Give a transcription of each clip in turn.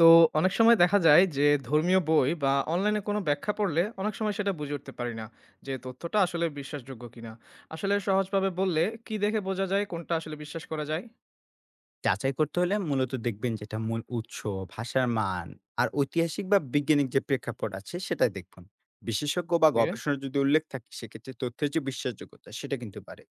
তো অনেক সময় দেখা যায় যে ধর্মীয় বই বা অনলাইনে কোনো ব্যাখ্যা পড়লে অনেক সময় সেটা বুঝে উঠতে পারি না যে তথ্যটা আসলে বিশ্বাসযোগ্য কিনা। আসলে সহজভাবে বললে কি দেখে বোঝা যায় কোনটা আসলে বিশ্বাস করা যায়? যাচাই করতে হলে মূলত দেখবেন যেটা মূল উৎস, ভাষার মান আর ঐতিহাসিক বা বৈজ্ঞানিক যে প্রেক্ষাপট আছে সেটা দেখুন। বিশেষজ্ঞ বা ওকে। গবেষণার যদি উল্লেখ থাকে সেক্ষেত্রে তথ্যের যে বিশ্বাসযোগ্যতা সেটা কিন্তু বাড়ে।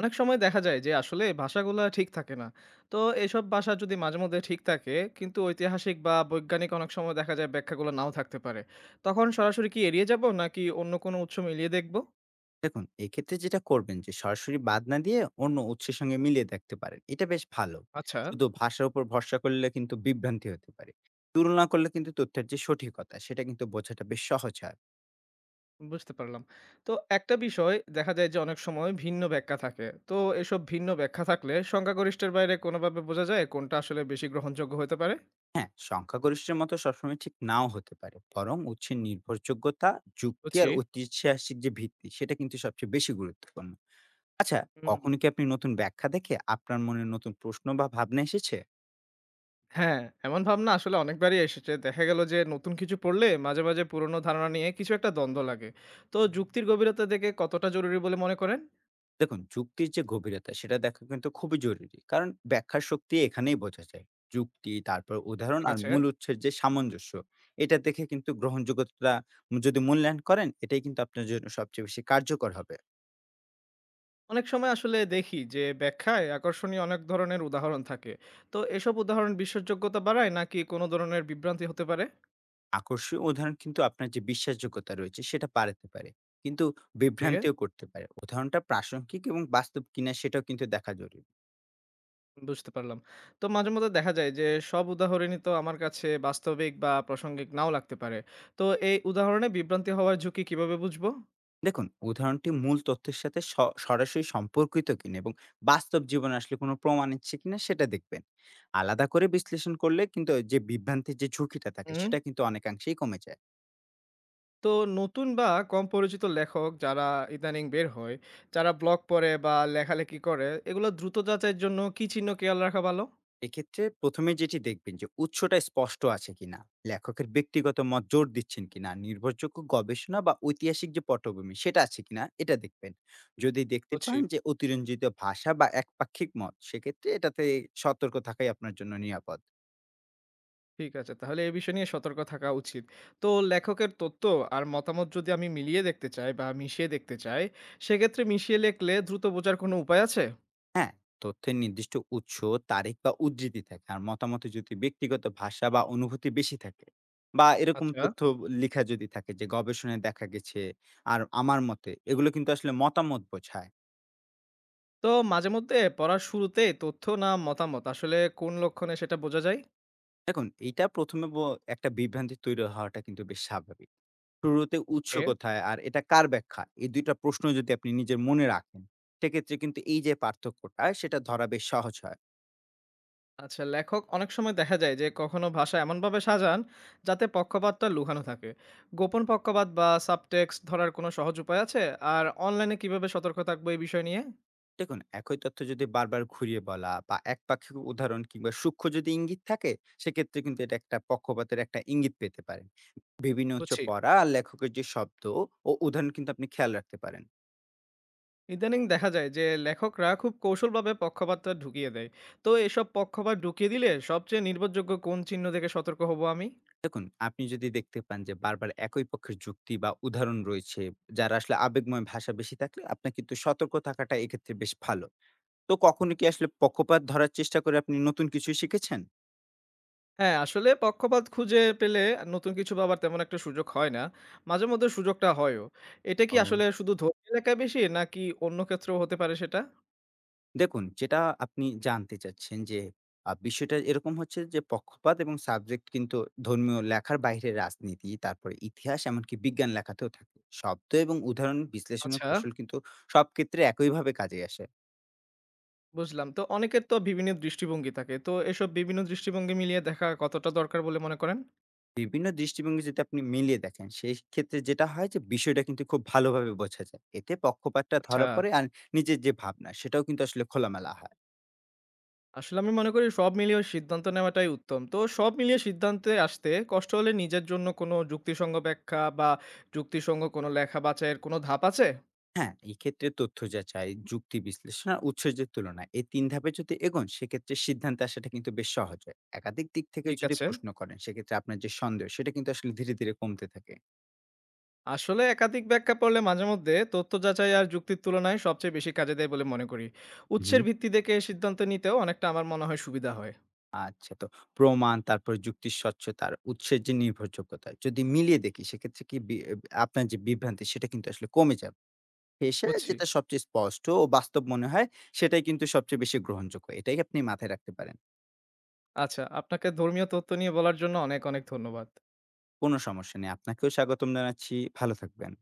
অনেক সময় দেখা যায় যে আসলে ভাষাগুলো ঠিক থাকে না। তো এসব ভাষা যদি মাঝে মধ্যে ঠিক থাকে কিন্তু ঐতিহাসিক বা বৈজ্ঞানিক অনেক সময় দেখা যায় ব্যাখ্যাগুলো নাও থাকতে পারে, তখন সরাসরি কি এড়িয়ে যাব নাকি অন্য কোনো উৎস মিলিয়ে দেখব? দেখুন এক্ষেত্রে যেটা করবেন যে সরাসরি বাদ না দিয়ে অন্য উৎসের সঙ্গে মিলিয়ে দেখতে পারেন। এটা বেশ ভালো। আচ্ছা, শুধু ভাষার উপর ভরসা করলে কিন্তু বিভ্রান্তি হতে পারে। তুলনা করলে কিন্তু তথ্যের যে সঠিকতা সেটা কিন্তু বোঝাটা বেশ সহজ হয়। বুঝতে পারলাম। তো একটা বিষয় দেখা যায় যে অনেক সময় ভিন্ন ব্যাখ্যা থাকে। তো এসব ভিন্ন ব্যাখ্যা থাকলে সংখ্যাগরিষ্ঠের বাইরে কোনোভাবে বোঝা যায় কোনটা আসলে বেশি গ্রহণযোগ্য হতে পারে? হ্যাঁ, সংখ্যাগরিষ্ঠের মতো সবসময় ঠিক নাও হতে পারে, বরং উৎসের নির্ভরযোগ্যতা, যুক্তি বুঝছি। আর ঐতিহাসিক যে ভিত্তি সেটা কিন্তু সবচেয়ে বেশি গুরুত্বপূর্ণ। আচ্ছা, হুম। কখনো কি আপনি নতুন ব্যাখ্যা দেখে আপনার মনে নতুন প্রশ্ন বা ভাবনা এসেছে? হ্যাঁ, এমন ভাবনা আসলে অনেকবারই এসেছে। দেখা গেল যে নতুন কিছু পড়লে মাঝে মাঝে পুরনো ধারণা নিয়ে কিছু একটা দ্বন্দ্ব লাগে। তো যুক্তির গভীরতা দেখে কতটা জরুরি বলে মনে করেন? দেখুন, যুক্তির যে গভীরতা সেটা দেখা কিন্তু খুবই জরুরি, কারণ ব্যাখ্যার শক্তি এখানেই বোঝা যায়। যুক্তি, তারপর উদাহরণ ঠিক আর আছে। মূল উৎসের যে সামঞ্জস্য, এটা দেখে কিন্তু গ্রহণযোগ্যতা যদি মূল্যায়ন করেন, এটাই কিন্তু আপনার জন্য সবচেয়ে বেশি কার্যকর হবে। অনেক সময় আসলে দেখি যে ব্যাখ্যায় আকর্ষণীয় অনেক ধরনের উদাহরণ থাকে। তো এসব উদাহরণ বিশ্বাসযোগ্যতা বাড়ায় নাকি কোনো ধরনের বিভ্রান্তি হতে পারে? আকর্ষণীয় উদাহরণ কিন্তু আপনার যে বিশ্বাসযোগ্যতা রয়েছে সেটা বাড়াতে পারে, কিন্তু ওকে। বিভ্রান্তিও করতে পারে। উদাহরণটা প্রাসঙ্গিক এবং বাস্তব কিনা সেটাও কিন্তু দেখা জরুরি। বুঝতে পারলাম। তো মাঝে মধ্যে দেখা যায় যে সব উদাহরণই তো আমার কাছে বাস্তবিক বা প্রাসঙ্গিক নাও লাগতে পারে। তো এই উদাহরণে বিভ্রান্তি হওয়ার ঝুঁকি কিভাবে বুঝবো? দেখুন, উদাহরণটি মূল তথ্যের সাথে সরাসরি সম্পর্কিত কিনা এবং বাস্তব জীবনে আসলে কোনো প্রমাণ আছে কিনা সেটা দেখবেন। আলাদা করে বিশ্লেষণ করলে কিন্তু যে বিভ্রান্তির যে ঝুঁকিটা থাকে হুম। সেটা কিন্তু অনেকাংশেই কমে যায়। তো নতুন বা কম পরিচিত লেখক যারা ইদানিং বের হয়, যারা ব্লগ পড়ে বা লেখালেখি করে, এগুলো দ্রুত যাচাইয়ের জন্য কি চিহ্ন খেয়াল রাখা ভালো? এক্ষেত্রে ১ম এ যেটি দেখবেন যে উৎসটা স্পষ্ট আছে কিনা, লেখকের ব্যক্তিগত মত জোর দিচ্ছেন কিনা, নির্ভরযোগ্য গবেষণা বা ঐতিহাসিক যে পটভূমি সেটা আছে কিনা এটা দেখবেন। যদি দেখতে বুঝছি। পান যে অতিরঞ্জিত ভাষা বা একপাক্ষিক মত, সেক্ষেত্রে এটাতে সতর্ক থাকাই আপনার জন্য নিরাপদ। ঠিক আছে। তাহলে এই বিষয় নিয়ে সতর্ক থাকা উচিত। তো লেখকের তথ্য আর মতামত যদি আমি মিলিয়ে দেখতে চাই বা মিশিয়ে দেখতে চাই, সেক্ষেত্রে মিশিয়ে লেখলে দ্রুত বোঝার কোনো উপায় আছে? হ্যাঁ, তথ্যের নির্দিষ্ট উৎস, তারিখ বা উদ্ধৃতি থাকে। আর মতামতে যদি ব্যক্তিগত ভাষা বা অনুভূতি বেশি থাকে, বা এরকম আচ্ছা। তথ্য লিখা যদি থাকে যে গবেষণায় দেখা গেছে আর আমার মতে, এগুলো কিন্তু আসলে মতামত বোঝায়। তো মাঝে মধ্যে পড়ার শুরুতে তথ্য না মতামত আসলে কোন লক্ষণে সেটা বোঝা যায়? দেখুন, এইটা ১ম এ একটা বিভ্রান্তি তৈরি হওয়াটা কিন্তু বেশ স্বাভাবিক। শুরুতে উৎস এ কোথায় আর এটা কার ব্যাখ্যা? এই ২ টা প্রশ্ন যদি আপনি নিজের মনে রাখেন, সেক্ষেত্রে কিন্তু এই যে পার্থক্যটা সেটা ধরা বেশ সহজ হয়। আচ্ছা, লেখক অনেক সময় দেখা যায় যে কখনো ভাষা এমনভাবে সাজান যাতে পক্ষপাতটা লুকানো থাকে। গোপন পক্ষপাত বা সাবটেক্সট ধরার কোনো সহজ উপায় আছে আর অনলাইনে কিভাবে সতর্ক থাকবো এই বিষয় নিয়ে? দেখুন, একই তথ্য যদি বারবার ঘুরিয়ে বলা বা একপাক্ষিক উদাহরণ, কিংবা সূক্ষ্ম যদি ইঙ্গিত থাকে, সেক্ষেত্রে কিন্তু এটা একটা পক্ষপাতের একটা ইঙ্গিত পেতে পারেন। বিভিন্ন উৎস বুঝছি। পড়া আর লেখকের যে শব্দ ও উদাহরণ কিন্তু আপনি খেয়াল রাখতে পারেন। ইদানিং দেখা যায় যে লেখকরা খুব কৌশলভাবে পক্ষপাতটা ঢুকিয়ে দেয়। তো এসব পক্ষপাত ঢুকিয়ে দিলে সবচেয়ে নির্ভরযোগ্য কোন চিহ্ন দেখে সতর্ক হব আমি? দেখুন, আপনি যদি দেখতে পান যে বারবার একই পক্ষের যুক্তি বা উদাহরণ রয়েছে, যারা আসলে আবেগময় ভাষা বেশি থাকলে আপনার কিন্তু সতর্ক থাকাটা এক্ষেত্রে বেশ ভালো। তো কখনো কি আসলে পক্ষপাত ধরার চেষ্টা করে আপনি নতুন কিছু শিখেছেন? হ্যাঁ, আসলে পক্ষপাত খুঁজে পেলে নতুন কিছু ভাবার তেমন একটা সুযোগ হয় না। মাঝে মধ্যে সুযোগটা হয়ও। এটা কি ও। আসলে শুধু ধর্মীয় এলাকায় বেশি নাকি অন্য ক্ষেত্রেও হতে পারে সেটা? দেখুন, যেটা আপনি জানতে চাচ্ছেন যে বিষয়টা এরকম হচ্ছে যে পক্ষপাত এবং সাবজেক্ট কিন্তু ধর্মীয় লেখার বাইরে রাজনীতি, তারপরে ইতিহাস, এমনকি বিজ্ঞান লেখাতেও থাকে। শব্দ এবং উদাহরণ বিশ্লেষণের আচ্ছা, কৌশল কিন্তু সব ক্ষেত্রে একইভাবে কাজে আসে। বুঝলাম। তো অনেকের তো বিভিন্ন দৃষ্টিভঙ্গি থাকে। তো এসব বিভিন্ন দৃষ্টিভঙ্গি মিলিয়ে দেখা কতটা দরকার বলে মনে করেন? বিভিন্ন দৃষ্টিভঙ্গি যদি আপনি মিলিয়ে দেখেন, সেই ক্ষেত্রে যেটা হয় যে বিষয়টা কিন্তু খুব ভালোভাবে বোঝা যায়। এতে পক্ষপাতটা আচ্ছা, ধরা পড়ে আর নিজের যে ভাবনা সেটাও কিন্তু আসলে খোলামেলা হয়। আসলে আমি মনে করি সব মিলিয়ে সিদ্ধান্ত নেওয়াটাই উত্তম। তো সব মিলিয়ে সিদ্ধান্তে আসতে কষ্ট হলে নিজের জন্য কোনো যুক্তিসঙ্গ ব্যাখ্যা বা যুক্তিসঙ্গ কোনো লেখা বাছাইয়ের কোনো ধাপ আছে? হ্যাঁ, এই ক্ষেত্রে তথ্য যাচাই, যুক্তি বিশ্লেষণ আর উৎসের যে তুলনা, এই ৩ ধাপে যদি এগোন সেক্ষেত্রে সিদ্ধান্তে আসাটা কিন্তু বেশ সহজ হয়। একাধিক দিক থেকে ঠিক যদি আছে। প্রশ্ন করেন সেক্ষেত্রে আপনার যে সন্দেহ সেটা কিন্তু আসলে ধীরে, ধীরে কমতে থাকে। আসলে একাধিক ব্যাখ্যা পড়লে মাঝে মধ্যে তথ্য যাচাই আর যুক্তির তুলনায় সবচেয়ে বেশি কাজে দেয় বলে মনে করি। হুম। উৎসের ভিত্তি দেখে সিদ্ধান্ত নিতেও অনেকটা আমার মনে হয় সুবিধা হয়। আচ্ছা, তো প্রমাণ, তারপরে যুক্তির স্বচ্ছতা আর উৎসের যে নির্ভরযোগ্যতা যদি মিলিয়ে দেখি সেক্ষেত্রে কি বি এ আপনার যে বিভ্রান্তি সেটা কিন্তু আসলে কমে যাবে। পেশায় বুঝছি। যেটা সবচেয়ে স্পষ্ট ও বাস্তব মনে হয়, সেটাই কিন্তু সবচেয়ে বেশি গ্রহণযোগ্য। এটাই আপনি মাথায় রাখতে পারেন। আচ্ছা, আপনাকে ধর্মীয় তথ্য নিয়ে বলার জন্য অনেক অনেক ধন্যবাদ। কোনো সমস্যা নেই। আপনাকেও স্বাগতম জানাচ্ছি। ভালো থাকবেন।